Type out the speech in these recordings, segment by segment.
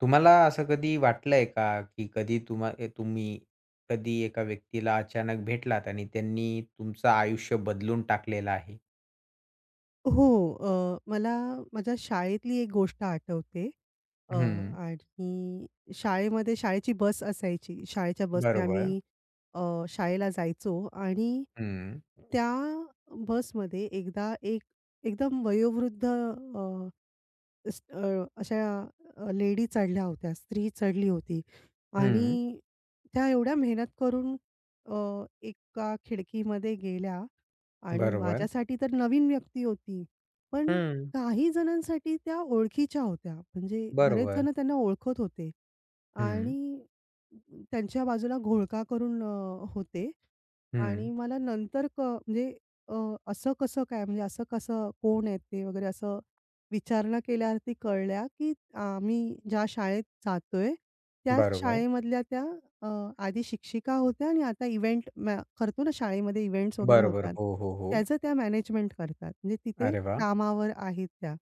तुम्हाला असं कधी वाटलंय का, की कधी तुम्हा ए तुम्ही कधी एका व्यक्तीला अचानक भेटलात आणि त्यांनी तुमचं आयुष्य बदलून टाकलेलं आहे? हो. मला माझ्या शाळेतली एक गोष्ट आठवते. अ, हं, आणि शाळेमध्ये शाळेची बस असायची. शाळेच्या बसने बरोबर. आम्ही अ, शाळेला जायचो आणि हं, त्या बसमध्ये एकदा एक एकदम वयोवृद्ध अशा लेडी चढल्या होत्या, स्त्री चढली होती हं, आणि त्या एवढ्या मेहनत करून एका खिडकीमध्ये गेल्या आणि बरोबर. माझ्यासाठी तर नवीन व्यक्ती होती. पण हं, काही जणांसाठी त्या ओळखीच्या होत्या. म्हणजे बरेच बरोबर. जण त्यांना ओळखत होते. हं, आणि त्यांच्या बाजूला घोळका करून होते हं, आणि मला नंतर म्हणजे अ, असं कसं काय म्हणजे असं कसं कोण आहेत ते वगैरे असं विचारणा केल्यावरती कळल्या, की आम्ही ज्या शाळेत जातोय त्याच बरोबर. शाळेमधल्या त्या अ, आधी शिक्षिका होत्या आणि आता इव्हेंट मॅ करतो ना शाळेमध्ये इव्हेंट्स वगैरे बरोबर. होतात. हो, हो, हो. त्याचं त्या मॅनेजमेंट करतात. म्हणजे तिथे अरे वाह! कामावर आहेत त्या.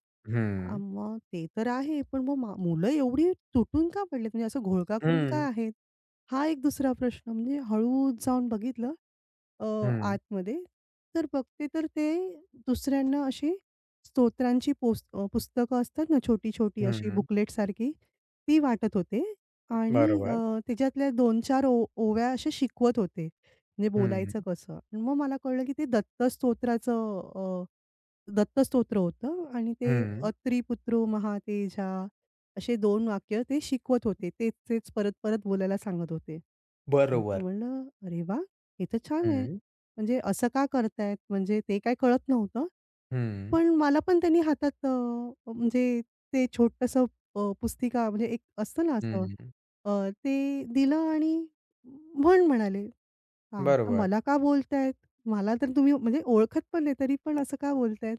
हं, मग ते तर आहे. पण मग मुलं एवढी तुटून का पडलेत? म्हणजे असं घोळका करून का हं, आहेत? हा एक दुसरा प्रश्न. म्हणजे हळूच जाऊन बघितलं, अ, हं, आतमध्ये. तर बघते तर ते दुसऱ्यांना अशी पुस्तकं असतात ना छोटी-छोटी अशी हं. बुकलेटसारखी, ती वाटत होते आणि बरोबर. त्याच्यातल्या 2-4 ओव्या अशा शिकवत होते, म्हणजे हं, बोलायचं कसं. आणि मग मला कळलं की ते दत्तस्तोत्र होतं आणि ते हं. "अत्री महातेजा" असे 2 वाक्य ते शिकवत होते. तेच-तेच परत-परत बोलायला सांगत होते. मग बरोबर. म्हणलं, "अरे वाह! हे तर छान आहे." हं, म्हणजे असं का करतायत? म्हणजे ते काही कळत नव्हतं. हं, पण मला पण त्यांनी हातात म्हणजे ते छोटंसं पुस्तिका म्हणजे एक असतं ना असं हं. ते दिलं आणि म्हणाले. हां, तर बरोबर. मला का बोलतायत? मला तर तुम्ही म्हणजे ओळखत पण नाही, तरी पण असं का बोलतायत?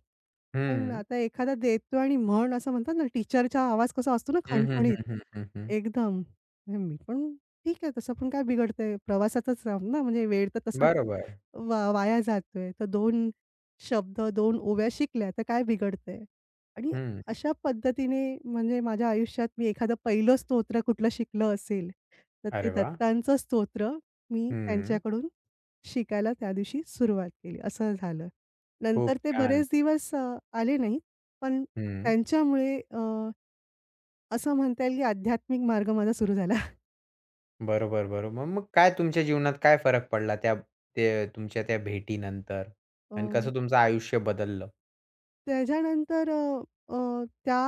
पण हं. आता एखादा देतो आणि असं म्हणतात ना, टीचरचा आवाज कसा असतो ना हं, हं, खणखणीत हं, हं, हं, एकदम. म्हणजे मी पण ठीक आहे, तसं पण काय बिघडतंय? प्रवासातच आहोत ना, म्हणजे वेळ तर तसाच बरोबर. वाया जातोय. तर 2 शब्द, 2 ओव्या शिकल्या तर काय बिघडतंय? आणि हं. अशा पद्धतीने म्हणजे माझ्या आयुष्यात मी एखादं पहिलं स्तोत्र कुठलं शिकलं असेल, तर ते अरे वाह! दत्तांचं स्तोत्र मी हं. त्यांच्याकडून शिकायला त्या दिवशी सुरुवात केली, असं झालं. नंतर खूप ते छान. बरेच दिवस आले नाहीत, पण हं. त्यांच्यामुळे असं म्हणता येईल की आध्यात्मिक मार्ग माझा सुरू झाला. बरोबर, बरोबर. मग काय तुमच्या जीवनात काय फरक पडला त्या ते तुमच्या त्या भेटीनंतर? अ आणि कसं तुमचं आयुष्य बदललं? त्याच्यानंतर अ, अ, त्या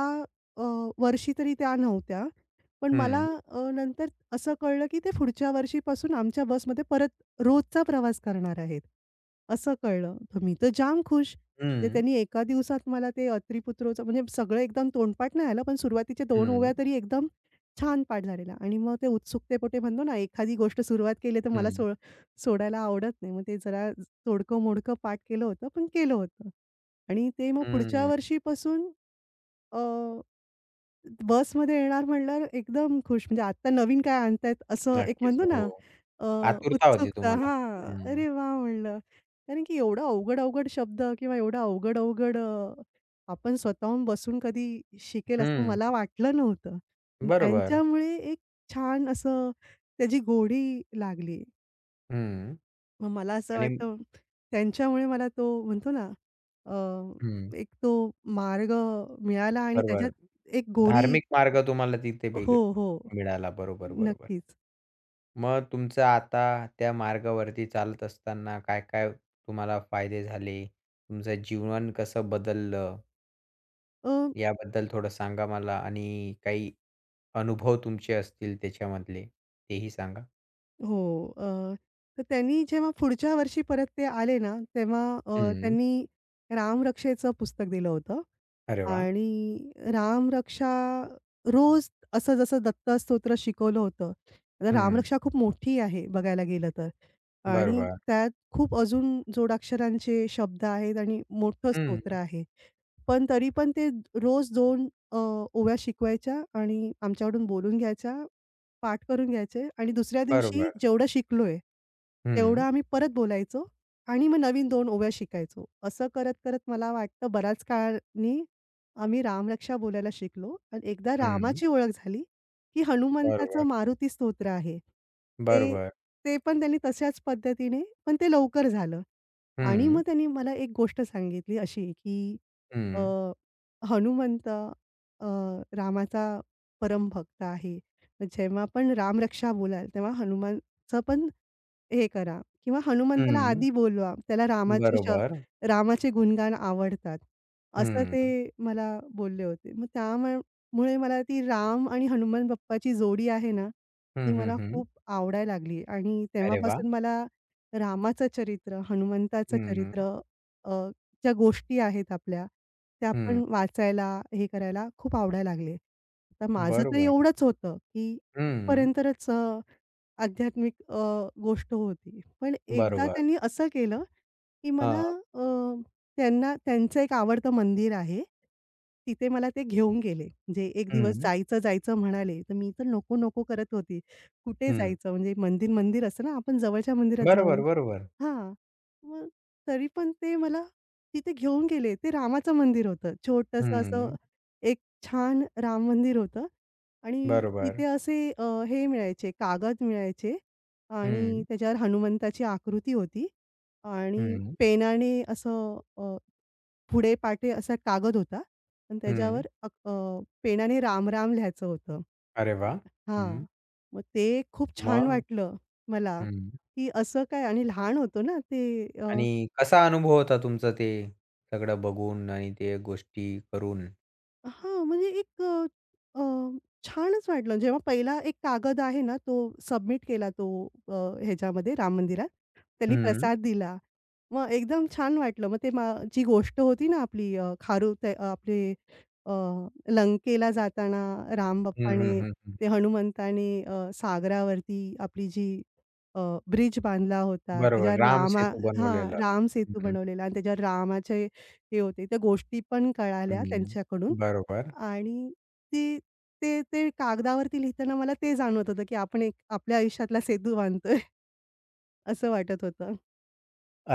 अ, वर्षी तरी त्या नव्हत्या. पण मला हं, नंतर असं कळलं, की ते पुढच्या वर्षीपासून आमच्या बसमध्ये परत रोजचा प्रवास करणार आहेत, असं कळलं. तर मी तर जाम खुश. म्हणजे हं, त्यांनी एका दिवसात मला ते अत्रीपुत्रोचं म्हणजे सगळं एकदम तोंडपाठ नाही आलं, पण सुरुवातीच्या 2 हं, ओव्या तरी एकदम छान पाठ झालेला आणि मग ते उत्सुकतेपोटी म्हणतो ना, एखादी गोष्ट सुरुवात केली तर मला हं, सोडायला आवडत नाही. मग ते जरा तोडकं-मोडकं पाठ केलं होतं, पण केलं होतं. आणि ते मग पुढच्या हं. वर्षीपासून अ, बसमध्ये येणार म्हटल्यावर एकदम खुश. म्हणजे आत्ता नवीन काय आणतायत असं एक नक्कीच. म्हणतो हो. ना अ, आतुरता होती उत्सुकता तुम्हाला. हां. हं, अरे वा म्हणलं. कारण की एवढा अवघड-अवघड शब्द किंवा एवढा अवघड-अवघड आपण स्वतःहून बसून कधी शिकेल असं हं. मला वाटलं नव्हतं. बरोबर. त्यांच्यामुळे एक छान असं त्याची गोडी लागली. हं. मग मला असं आणि वाटतं त्यांच्यामुळे मला तो म्हणतो ना, हं. एक तो मार्ग मिळाला आणि बरोबर. त्याच्यात एक गोडी धार्मिक मार्ग तुम्हाला तिथे बिग हो, हो. मिळाला. बरोबर, बरोबर. नक्कीच. मग तुमचं आता त्या मार्गावरती चालत असताना काय-काय तुम्हाला फायदे झाले? तुमचं जीवन कसं बदललं? अ, याबद्दल थोडं सांगा मला आणि काही अनुभव तुमचे असतील त्याच्यामधले, तेही सांगा. हो. अ, तर त्यांनी जेव्हा पुढच्या वर्षी परत ते आले ना, तेव्हा हं. त्यांनी रामरक्षेचं पुस्तक दिलं होतं. अरे वाह! आणि रामरक्षा रोज असं जसं दत्तस्तोत्र शिकवलं होतं. आता हं. रामरक्षा खूप मोठी आहे बघायला गेलं तर आणि बरोबर. त्यात खूप अजून जोडाक्षरांचे शब्द आहेत आणि मोठं स्तोत्र हं. आहे. पण तरी पण ते रोज दोन अ, ओव्या शिकवायच्या आणि आमच्याकडून बोलून घ्यायच्या, पाठ करून घ्यायचे आणि दुसऱ्या दिवशी बरोबर. जेवढं शिकलोय, तेवढं हं. आम्ही परत बोलायचो आणि मग नवीन 2 ओव्या शिकायचो. असं करत-करत मला वाटतं बऱ्याच काळानी आम्ही रामरक्षा बोलायला शिकलो आणि एकदा हं. रामाची ओळख झाली, की हनुमंताचं बरोबर. मारुती स्तोत्र आहे. ते बरोबर. ते पण त्यांनी तशाच पद्धतीने पण ते लवकर झालं आणि मग हं. त्यांनी मला एक गोष्ट सांगितली अशी, की अ, हं. हनुमंत रामाचा परमभक्त आहे. जेव्हा पण रामरक्षा बोलाल, तेव्हा हनुमानचं पण हे करा किंवा हनुमंताला हं. आधी बोलवा. त्याला बरोबर. रामाचे गुणगान आवडतात. असं हं. ते मला बोलले होते. मग त्यामुळे मला ती राम आणि हनुमान बाप्पाची जोडी आहे ना, हं, ती हं, मला हं. खूप आवडायला लागली आणि अरे वाह! तेव्हापासून मला रामाचं चरित्र, हनुमंताचं हं. चरित्र अ, ज्या गोष्टी आहेत आपल्या, त्या आपण हं. वाचायला, हे करायला खूप आवडायला लागले. तर माझं तर बरोबर. एवढंच होतं, की हं. इथपर्यंतच आध्यात्मिक गोष्ट होती. पण एकदा बरोबर. त्यांनी असं केलं, की मला हां. अ, त्यांना त्यांचं एक आवडतं मंदिर आहे. तिथे मला ते घेऊन गेले. म्हणजे एक दिवस हं, जायचं-जायचं म्हणाले, तर मी तर नको-नको करत होती. कुठे हं. जायचं म्हणजे मंदिर, मंदिर असतं ना, आपण जवळच्या मंदिरात जाऊ. बरोबर, बरोबर. हां. मग तरी पण ते मला तिथे घेऊन गेले. ते रामाचं मंदिर होतं. छोटंसं असं हं. एक छान राम मंदिर होतं आणि तिथे बरोबर. असे हे मिळायचे कागद मिळायचे आणि हं, त्याच्यावर हनुमंताची आकृती होती आणि हं, पेनाने असं अ पुढे पाठे असा कागद होता आणि हं. त्याच्यावर पेनाने राम-राम लिहायचं होतं. अरे वाह! हं. हां. मग ते खूप छान मग? वाटलं मला, हं. की असं काय आणि लहान होतो ना ते आणि कसा अनुभव होता तुमचा ते सगळं बघून आणि ते गोष्टी करून? हां, म्हणजे एक अ, अ, छानच वाटलं. जेव्हा पहिला एक कागद आहे ना, तो सबमिट केला तो अ, ह्याच्यामध्ये राम मंदिरात. त्यांनी हं. प्रसाद दिला. मग एकदम छान वाटलं. मग ते जी गोष्ट होती ना आपली अ, खारू ते अ, आपले अ, लंकेला जाताना राम हं, बाप्पाने हं, हं, हं. हनुमंताने सागरावरती आपली जी अ, ब्रिज बांधला होता. बरोबर. त्याच्यावर राम सेतू हां, बनवलेला. राम सेतू हं, बनवलेला आणि त्याच्यावर रामाचे हे होते, त्या गोष्टी पण कळाल्या हं. त्यांच्याकडून. बरोबर. आणि ती ते ते कागदावरती लिहिताना मला ते जाणवत होतं, की आपण एक आपल्या आयुष्यातला सेतू बांधतोय असं वाटत होतं.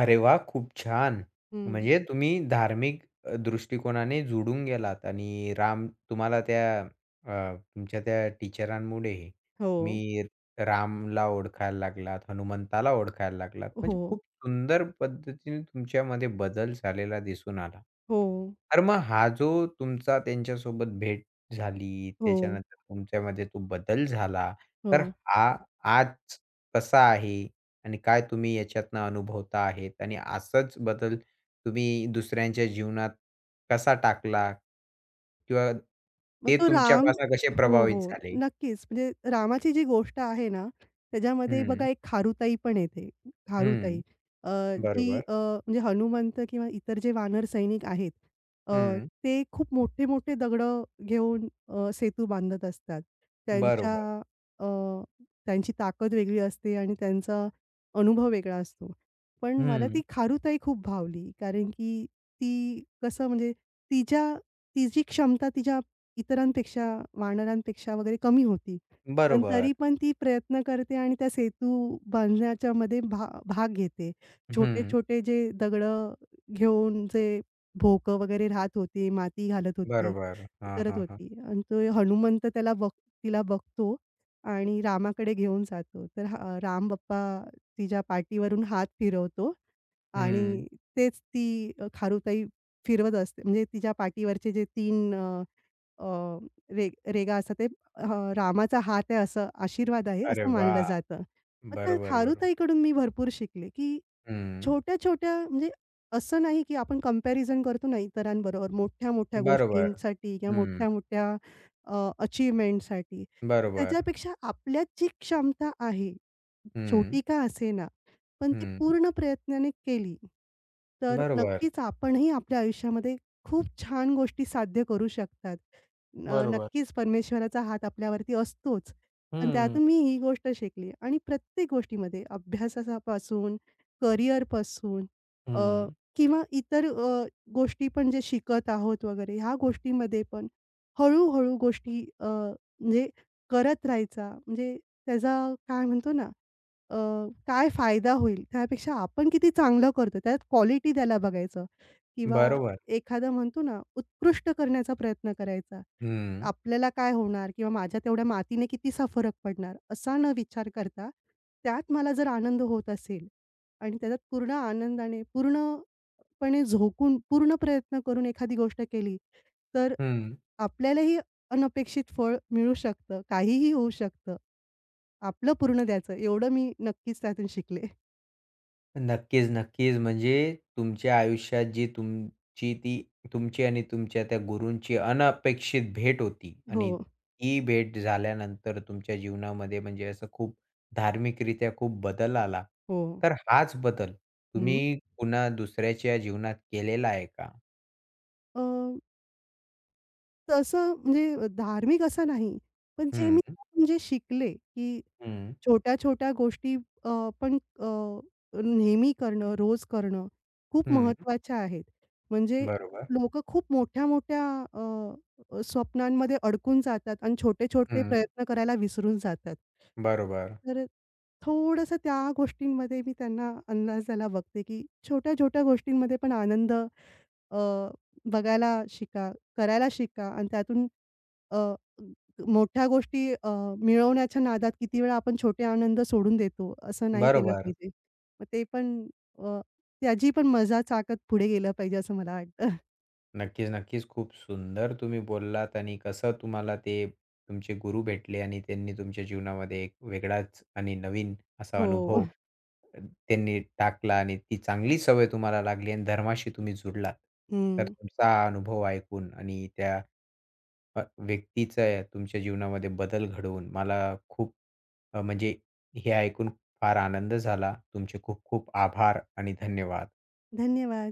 अरे वाह! खूप छान. हं. म्हणजे तुम्ही धार्मिक दृष्टिकोनाने जुडून गेलात आणि राम तुम्हाला त्या तुमच्या त्या टीचरांमुळे हो. तुम्ही रामला ओळखायला लागलात, हनुमंताला ओळखायला लागलात. म्हणजे हो. खूप सुंदर पद्धतीने तुमच्यामध्ये बदल झालेला दिसून आला. हो. तर मग हा जो तुमचा त्यांच्यासोबत भेट झाली, हो. त्याच्यानंतर तुमच्यामध्ये तो बदल झाला, तर हो. हा आज कसा आहे? आणि काय तुम्ही याच्यातनं अनुभवता आहेत? आणि असाच बदल तुम्ही दुसऱ्यांच्या जीवनात कसा टाकला? किंवा मग ते तो राम तुमच्यापासून कसे हो, प्रभावित हो. झाले? नक्कीच. म्हणजे रामाची जी गोष्ट आहे ना, त्याच्यामध्ये बघा हं, एक खारुताई पण येते. खारुताई हं. अ, जी बरोबर. म्हणजे हनुमंत किंवा इतर जे वानर सैनिक आहेत, अ, हं. ते खूप मोठे-मोठे दगडं घेऊन सेतू बांधत असतात. त्यांच्या बरोबर. अ, त्यांची ताकद वेगळी असते आणि त्यांचा अनुभव वेगळा असतो. पण मला हं. ती खारुताई खूप भावली कारण की ती कसं म्हणजे तिच्या तिची क्षमता तिच्या इतरांपेक्षा, वानरांपेक्षा वगैरे कमी होती. पण बरोबर. तरी पण ती प्रयत्न करते आणि त्या सेतू बांधण्याच्यामध्ये भाग घेते. हं. छोटे-छोटे जे दगडं घेऊन जे भोकं वगैरे राहत होते, माती घालत होती, बरोबर. हां, करत हां, हां. होती आणि तो हनुमंत त्याला बघ तिला बघतो आणि रामाकडे घेऊन जातो. तर हा राम बाप्पा तिच्या पाठीवरून हात फिरवतो हं. आणि तेच ती खारुताई फिरवत असते. म्हणजे तिच्या पाठीवरचे जे 3 अ, रे रेगा असा ते अ, रामाचा हात आहे असं आशीर्वाद आहे अरे असं मानलं वाह! जातं. मग त्या बरोबर, बरोबर. खारुताईकडून मी भरपूर शिकले, की हं. छोट्या-छोट्या म्हणजे असं नाही, की आपण कंपॅरिझन करतो ना इतरांबरोबर मोठ्या-मोठ्या बरोबर. गोष्टींसाठी किंवा हं. मोठ्या-मोठ्या अ, अचीव्हमेंटसाठी. तर बरोबर. त्याच्यापेक्षा आपल्यात जी क्षमता आहे, हं. छोटी का असेना, पण ती हं. पूर्ण प्रयत्नाने केली, तर बरोबर. नक्कीच आपणही आपल्या आयुष्यामध्ये खूप छान गोष्टी साध्य करू शकतात. बरोबर. नक्कीच परमेश्वराचा हात आपल्यावरती असतोच. पण हं. त्यातून मी ही गोष्ट शिकली आणि प्रत्येक गोष्टीमध्ये अभ्यासापासून, करिअरपासून अ, हं. किंवा इतर गोष्टी पण जे शिकत आहोत वगैरे ह्या गोष्टीमध्ये पण हळू गोष्टी म्हणजे करत राहायचा म्हणजे त्याचा काय म्हणतो ना अ, काय फायदा होईल त्यापेक्षा आपण किती चांगलं करतो त्यात क्वालिटी त्याला बघायचं किंवा बरोबर. एखादं म्हणतो ना उत्कृष्ट करण्याचा प्रयत्न करायचा. हं. आपल्याला काय होणार? किंवा माझ्या तेवढ्या मातीने कितीसा फरक पडणार? असा न विचार करता, त्यात मला जर आनंद होत असेल आणि त्याच्यात पूर्ण आनंदाने, पूर्णपणे झोकून, पूर्ण प्रयत्न करून एखादी गोष्ट केली, तर हं. आपल्यालाही अनपेक्षित फळ मिळू शकतं. काहीही होऊ शकतं. आपलं पूर्ण द्यायचं एवढं मी नक्कीच त्यातून शिकले. नक्कीच, नक्कीच. म्हणजे तुमच्या आयुष्यात जी तुमची ती तुमची आणि तुमच्या त्या गुरूंची अनपेक्षित भेट होती हो, आणि ती भेट झाल्यानंतर तुमच्या जीवनामध्ये म्हणजे असं खूप धार्मिकरित्या खूप बदल आला. हो. तर हाच बदल हं. तुम्ही पुन्हा दुसऱ्याच्या जीवनात केलेला आहे का? अ तसं म्हणजे धार्मिक असं नाही. पण जे मी हं, त्यातून जे शिकले, की हं, छोट्या-छोट्या गोष्टी पण नेहमी करणं, रोज करणं खूप हं. महत्त्वाच्या आहेत. म्हणजे बरोबर. लोकं खूप मोठ्या-मोठ्या अ, अ, स्वप्नांमध्ये अडकून जातात आणि छोटे-छोटे हं. प्रयत्न करायला विसरून जातात. बरोबर. तर थोडंसं त्या गोष्टींमध्ये मी त्यांना अंदाजाला बघते, की छोट्या-छोट्या गोष्टींमध्ये पण आनंद अ, बघायला शिका, करायला शिका आणि त्यातून अ, मोठ्या गोष्टी मिळवण्याच्या नादात किती वेळा आपण छोटे आनंद सोडून देतो. असं नाही केलं बरोबर. पाहिजे. मग ते पण अ, त्याची पण मजा चाकत पुढे गेलं पाहिजे असं मला वाटतं. नक्कीच, नक्कीच. खूप सुंदर तुम्ही बोललात आणि कसं तुम्हाला ते तुमचे गुरु भेटले आणि त्यांनी तुमच्या जीवनामध्ये एक वेगळाच आणि नवीन असा हो. अनुभव अ, त्यांनी टाकला आणि ती चांगली सवय तुम्हाला लागली आणि धर्माशी तुम्ही जुडलात. तर हं. तुमचा हा अनुभव ऐकून आणि त्या व्यक्तीचा या तुमच्या जीवनामध्ये बदल घडवून मला खूप अ, म्हणजे हे ऐकून फार आनंद झाला. तुमचे खूप खूप आभार आणि धन्यवाद. धन्यवाद.